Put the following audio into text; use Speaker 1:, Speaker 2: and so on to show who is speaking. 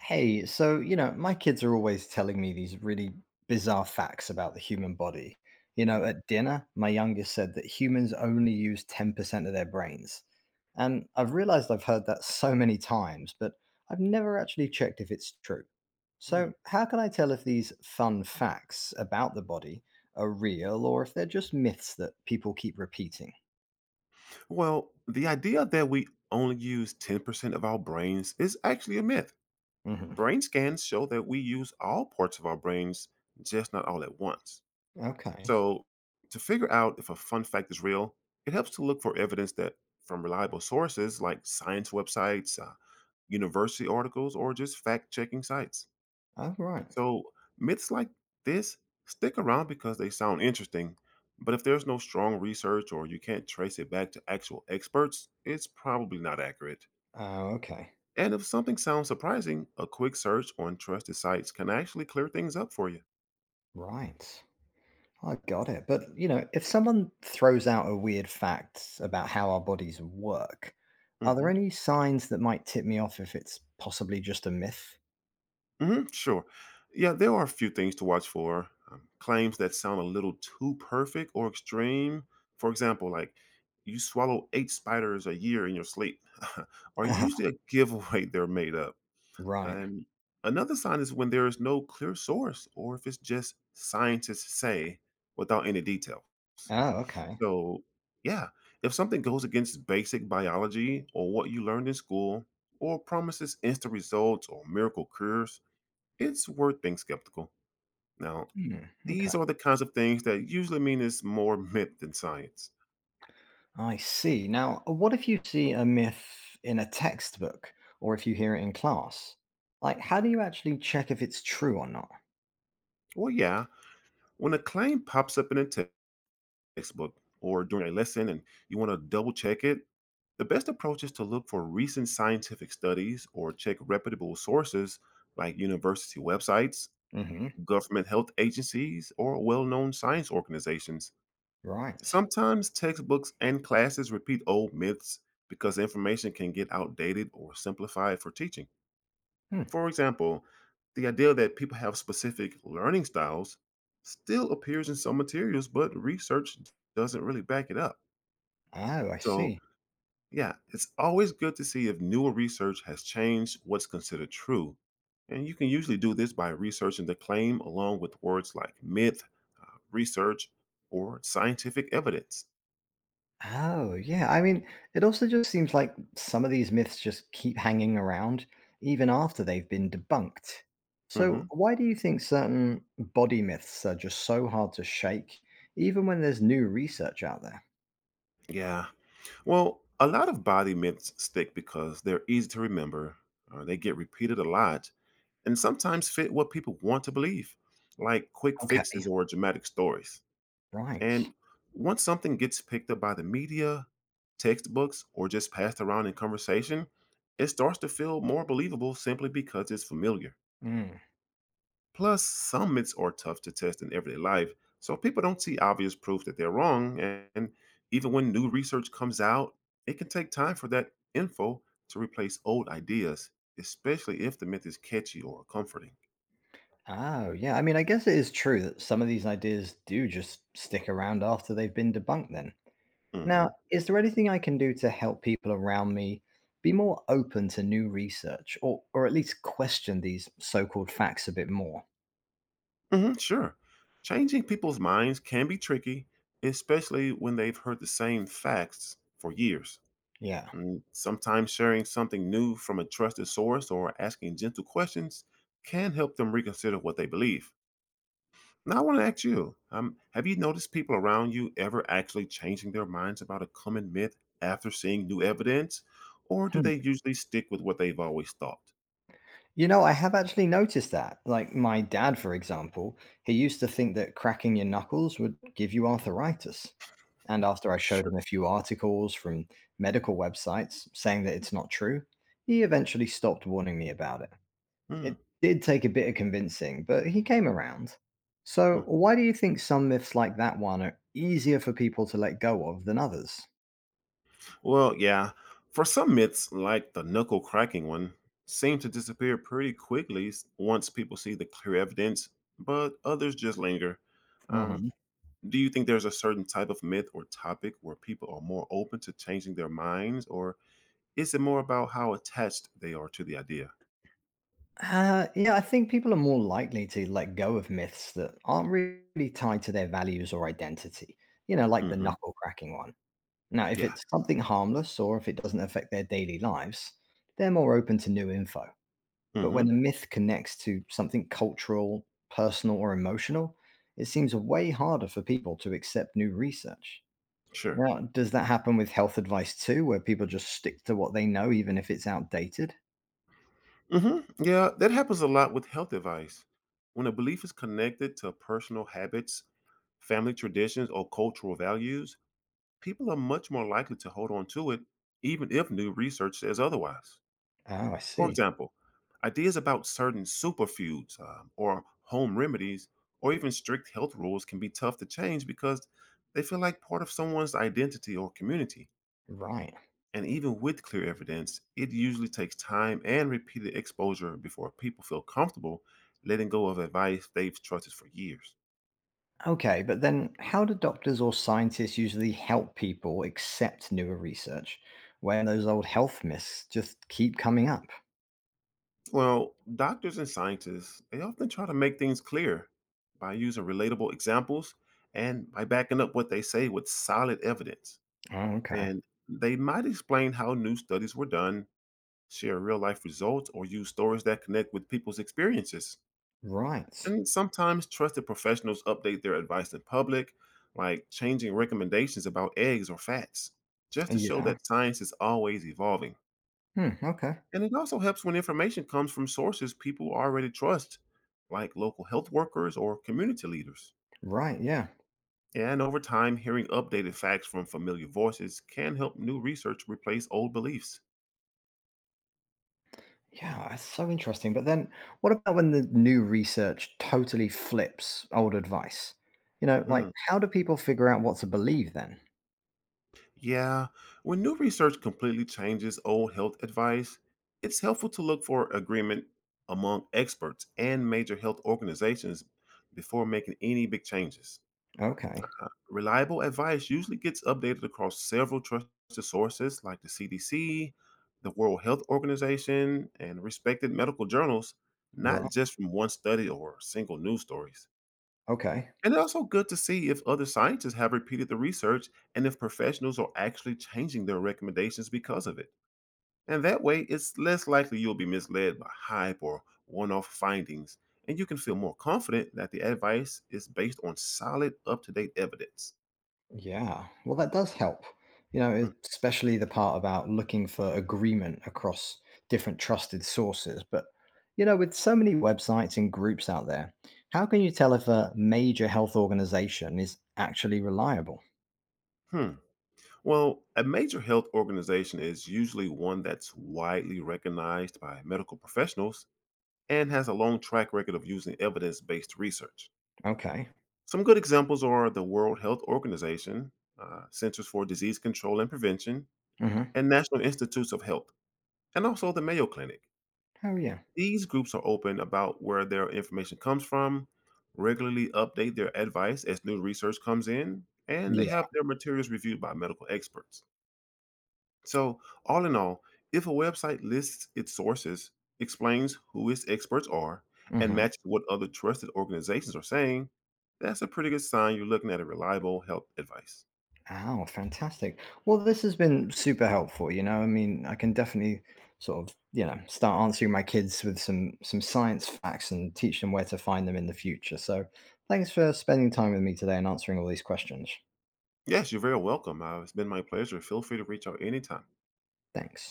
Speaker 1: Hey, so, my kids are always telling me these really bizarre facts about the human body. You know,
Speaker 2: Mm,
Speaker 1: at dinner, my youngest said that humans only use 10% of their brains. And I've realized I've heard that so many times, but I've never actually checked if it's true. So,
Speaker 2: mm.
Speaker 1: how can I tell if these fun facts about the body are real or if they're just myths that people keep repeating?
Speaker 2: Well, the idea that we only use 10% of our brains is actually a myth.
Speaker 1: Hmm.
Speaker 2: Brain scans show that we use all parts of our brains, just not all at once.
Speaker 1: Okay.
Speaker 2: So, to figure out if a fun fact is real, it helps to look for evidence that from reliable sources like science websites, university articles, or just fact checking sites.
Speaker 1: Oh, right.
Speaker 2: So myths like this stick around because they sound interesting, but if there's no strong research or you can't trace it back to actual experts, it's probably not accurate.
Speaker 1: Oh, okay.
Speaker 2: And if something sounds surprising, a quick search on trusted sites can actually clear things up for you.
Speaker 1: Right. I got it. But, you know, if someone throws out a weird fact about how our bodies work, are there
Speaker 2: Hmm.
Speaker 1: any signs that might tip me off if it's possibly just a myth?
Speaker 2: Hmm. Sure. Yeah, there are a few things to watch for. Claims that sound a little too perfect or extreme. For example, like you swallow eight spiders a year in your sleep, are usually a giveaway they're made up.
Speaker 1: Right.
Speaker 2: And another sign is when there is no clear source or if it's just scientists say without any details.
Speaker 1: Oh, okay.
Speaker 2: So, yeah, if something goes against basic biology or what you learned in school or promises instant results or miracle cures, it's worth being skeptical. Now,
Speaker 1: Hmm. Okay.
Speaker 2: these are the kinds of things that usually mean it's more myth than science.
Speaker 1: I see. Now, what if you see a myth in a textbook or if you hear it in class? Like, how do you actually check if it's true or not?
Speaker 2: Well, yeah, when a claim pops up in a textbook or during a lesson and you want to double check it, the best approach is to look for recent scientific studies or check reputable sources like university websites,
Speaker 1: Hmm.
Speaker 2: government health agencies, or well known science organizations.
Speaker 1: Right.
Speaker 2: Sometimes textbooks and classes repeat old myths because information can get outdated or simplified for teaching.
Speaker 1: Hmm.
Speaker 2: For example, the idea that people have specific learning styles still appears in some materials, but research doesn't really back it up.
Speaker 1: Oh, I
Speaker 2: So,
Speaker 1: see.
Speaker 2: yeah, it's always good to see if newer research has changed what's considered true. And you can usually do this by researching the claim along with words like myth, research, or scientific evidence.
Speaker 1: Oh, yeah. I mean, it also just seems like some of these myths just keep hanging around even after they've been debunked. So,
Speaker 2: Hmm.
Speaker 1: why do you think certain body myths are just so hard to shake, even when there's new research out there?
Speaker 2: Yeah. Well, a lot of body myths stick because they're easy to remember, they get repeated a lot, and sometimes fit what people want to believe, like quick
Speaker 1: Okay,
Speaker 2: fixes or dramatic stories.
Speaker 1: right.
Speaker 2: And once something gets picked up by the media, textbooks, or just passed around in conversation, it starts to feel more believable simply because it's familiar.
Speaker 1: Mm.
Speaker 2: Plus, some myths are tough to test in everyday life, so people don't see obvious proof that they're wrong. And even when new research comes out, it can take time for that info to replace old ideas, especially if the myth is catchy or comforting.
Speaker 1: Oh, yeah. I mean, I guess it is true that some of these ideas do just stick around after they've been debunked, then. Now,
Speaker 2: Mhm.
Speaker 1: is there anything I can do to help people around me be more open to new research or, at least question these so called facts a bit more?
Speaker 2: Hmm. Sure. Changing people's minds can be tricky, especially when they've heard the same facts for years.
Speaker 1: Yeah.
Speaker 2: Sometimes sharing something new from a trusted source or asking gentle questions can help them reconsider what they believe. Now, I want to ask you, have you noticed people around you ever actually changing their minds about a common myth after seeing new evidence? Or do
Speaker 1: Hmm.
Speaker 2: they usually stick with what they've always thought?
Speaker 1: You know, I have actually noticed that. Like my dad, for example, he used to think that cracking your knuckles would give you arthritis. And after I showed
Speaker 2: Sure.
Speaker 1: him a few articles from medical websites saying that it's not true, he eventually stopped warning me about it.
Speaker 2: Hmm.
Speaker 1: It did take a bit of convincing, but he came around. So, why do you think some myths like that one are easier for people to let go of than others?
Speaker 2: Well, yeah. For some myths, like the knuckle cracking one, seem to disappear pretty quickly once people see the clear evidence, but others just linger. Um,
Speaker 1: Hmm.
Speaker 2: do you think there's a certain type of myth or topic where people are more open to changing their minds, or is it more about how attached they are to the idea?
Speaker 1: Yeah, I think people are more likely to let go of myths that aren't really tied to their values or identity, you know, like the
Speaker 2: Mm-hmm.
Speaker 1: knuckle cracking one. Now, if
Speaker 2: Yeah.
Speaker 1: it's something harmless or if it doesn't affect their daily lives, they're more open to new info. But
Speaker 2: Mm-hmm.
Speaker 1: when a myth connects to something cultural, personal, or emotional, it seems way harder for people to accept new research.
Speaker 2: Sure.
Speaker 1: Now, does that happen with health advice too, where people just stick to what they know, even if it's outdated?
Speaker 2: Mm-hmm. Yeah, that happens a lot with health advice. When a belief is connected to personal habits, family traditions, or cultural values, people are much more likely to hold on to it, even if new research says otherwise.
Speaker 1: Oh, I
Speaker 2: For
Speaker 1: see.
Speaker 2: example, ideas about certain superfoods, or home remedies or even strict health rules can be tough to change because they feel like part of someone's identity or community.
Speaker 1: Right.
Speaker 2: And even with clear evidence, it usually takes time and repeated exposure before people feel comfortable letting go of advice they've trusted for years.
Speaker 1: Okay, but then how do doctors or scientists usually help people accept newer research when those old health myths just keep coming up?
Speaker 2: Well, doctors and scientists, they often try to make things clear by using relatable examples and by backing up what they say with solid evidence.
Speaker 1: Oh, okay.
Speaker 2: And they might explain how new studies were done, share real life results, or use stories that connect with people's experiences.
Speaker 1: Right.
Speaker 2: And sometimes trusted professionals update their advice in public, like changing recommendations about eggs or fats, just to show
Speaker 1: Yeah.
Speaker 2: that science is always evolving.
Speaker 1: Hmm, okay.
Speaker 2: And it also helps when information comes from sources people already trust, like local health workers or community leaders.
Speaker 1: Right. Yeah.
Speaker 2: And over time, hearing updated facts from familiar voices can help new research replace old beliefs.
Speaker 1: Yeah, it's so interesting. But then what about when the new research totally flips old advice? Like,
Speaker 2: Mm.
Speaker 1: how do people figure out what to believe then?
Speaker 2: Yeah, when new research completely changes old health advice, it's helpful to look for agreement among experts and major health organizations before making any big changes.
Speaker 1: Okay.
Speaker 2: Reliable advice usually gets updated across several trusted sources like the CDC, the World Health Organization, and respected medical journals,
Speaker 1: Right.
Speaker 2: not just from one study or single news stories.
Speaker 1: Okay.
Speaker 2: And it's also good to see if other scientists have repeated the research and if professionals are actually changing their recommendations because of it. And that way, it's less likely you'll be misled by hype or one off findings, and you can feel more confident that the advice is based on solid, up to date evidence.
Speaker 1: Yeah. Well, that does help. You know, especially the part about looking for agreement across different trusted sources. But, you know, with so many websites and groups out there, how can you tell if a major health organization is actually reliable?
Speaker 2: Hmm. Well, a major health organization is usually one that's widely recognized by medical professionals and has a long track record of using evidence based research.
Speaker 1: Okay.
Speaker 2: Some good examples are the World Health Organization, Centers for Disease Control and Prevention,
Speaker 1: Mm-hmm.
Speaker 2: and National Institutes of Health and also the Mayo Clinic.
Speaker 1: Oh, yeah.
Speaker 2: These groups are open about where their information comes from, regularly update their advice as new research comes in, and they
Speaker 1: Yeah.
Speaker 2: have their materials reviewed by medical experts. So, all in all, if a website lists its sources, explains who its experts are, and
Speaker 1: Mm-hmm.
Speaker 2: matches what other trusted organizations are saying, that's a pretty good sign you're looking at a reliable health advice.
Speaker 1: Oh, fantastic. Well, this has been super helpful, you know. I mean, I can definitely start answering my kids with some science facts and teach them where to find them in the future. So, thanks for spending time with me today and answering all these questions.
Speaker 2: Yes, you're very welcome. It's been my pleasure. Feel free to reach out anytime.
Speaker 1: Thanks.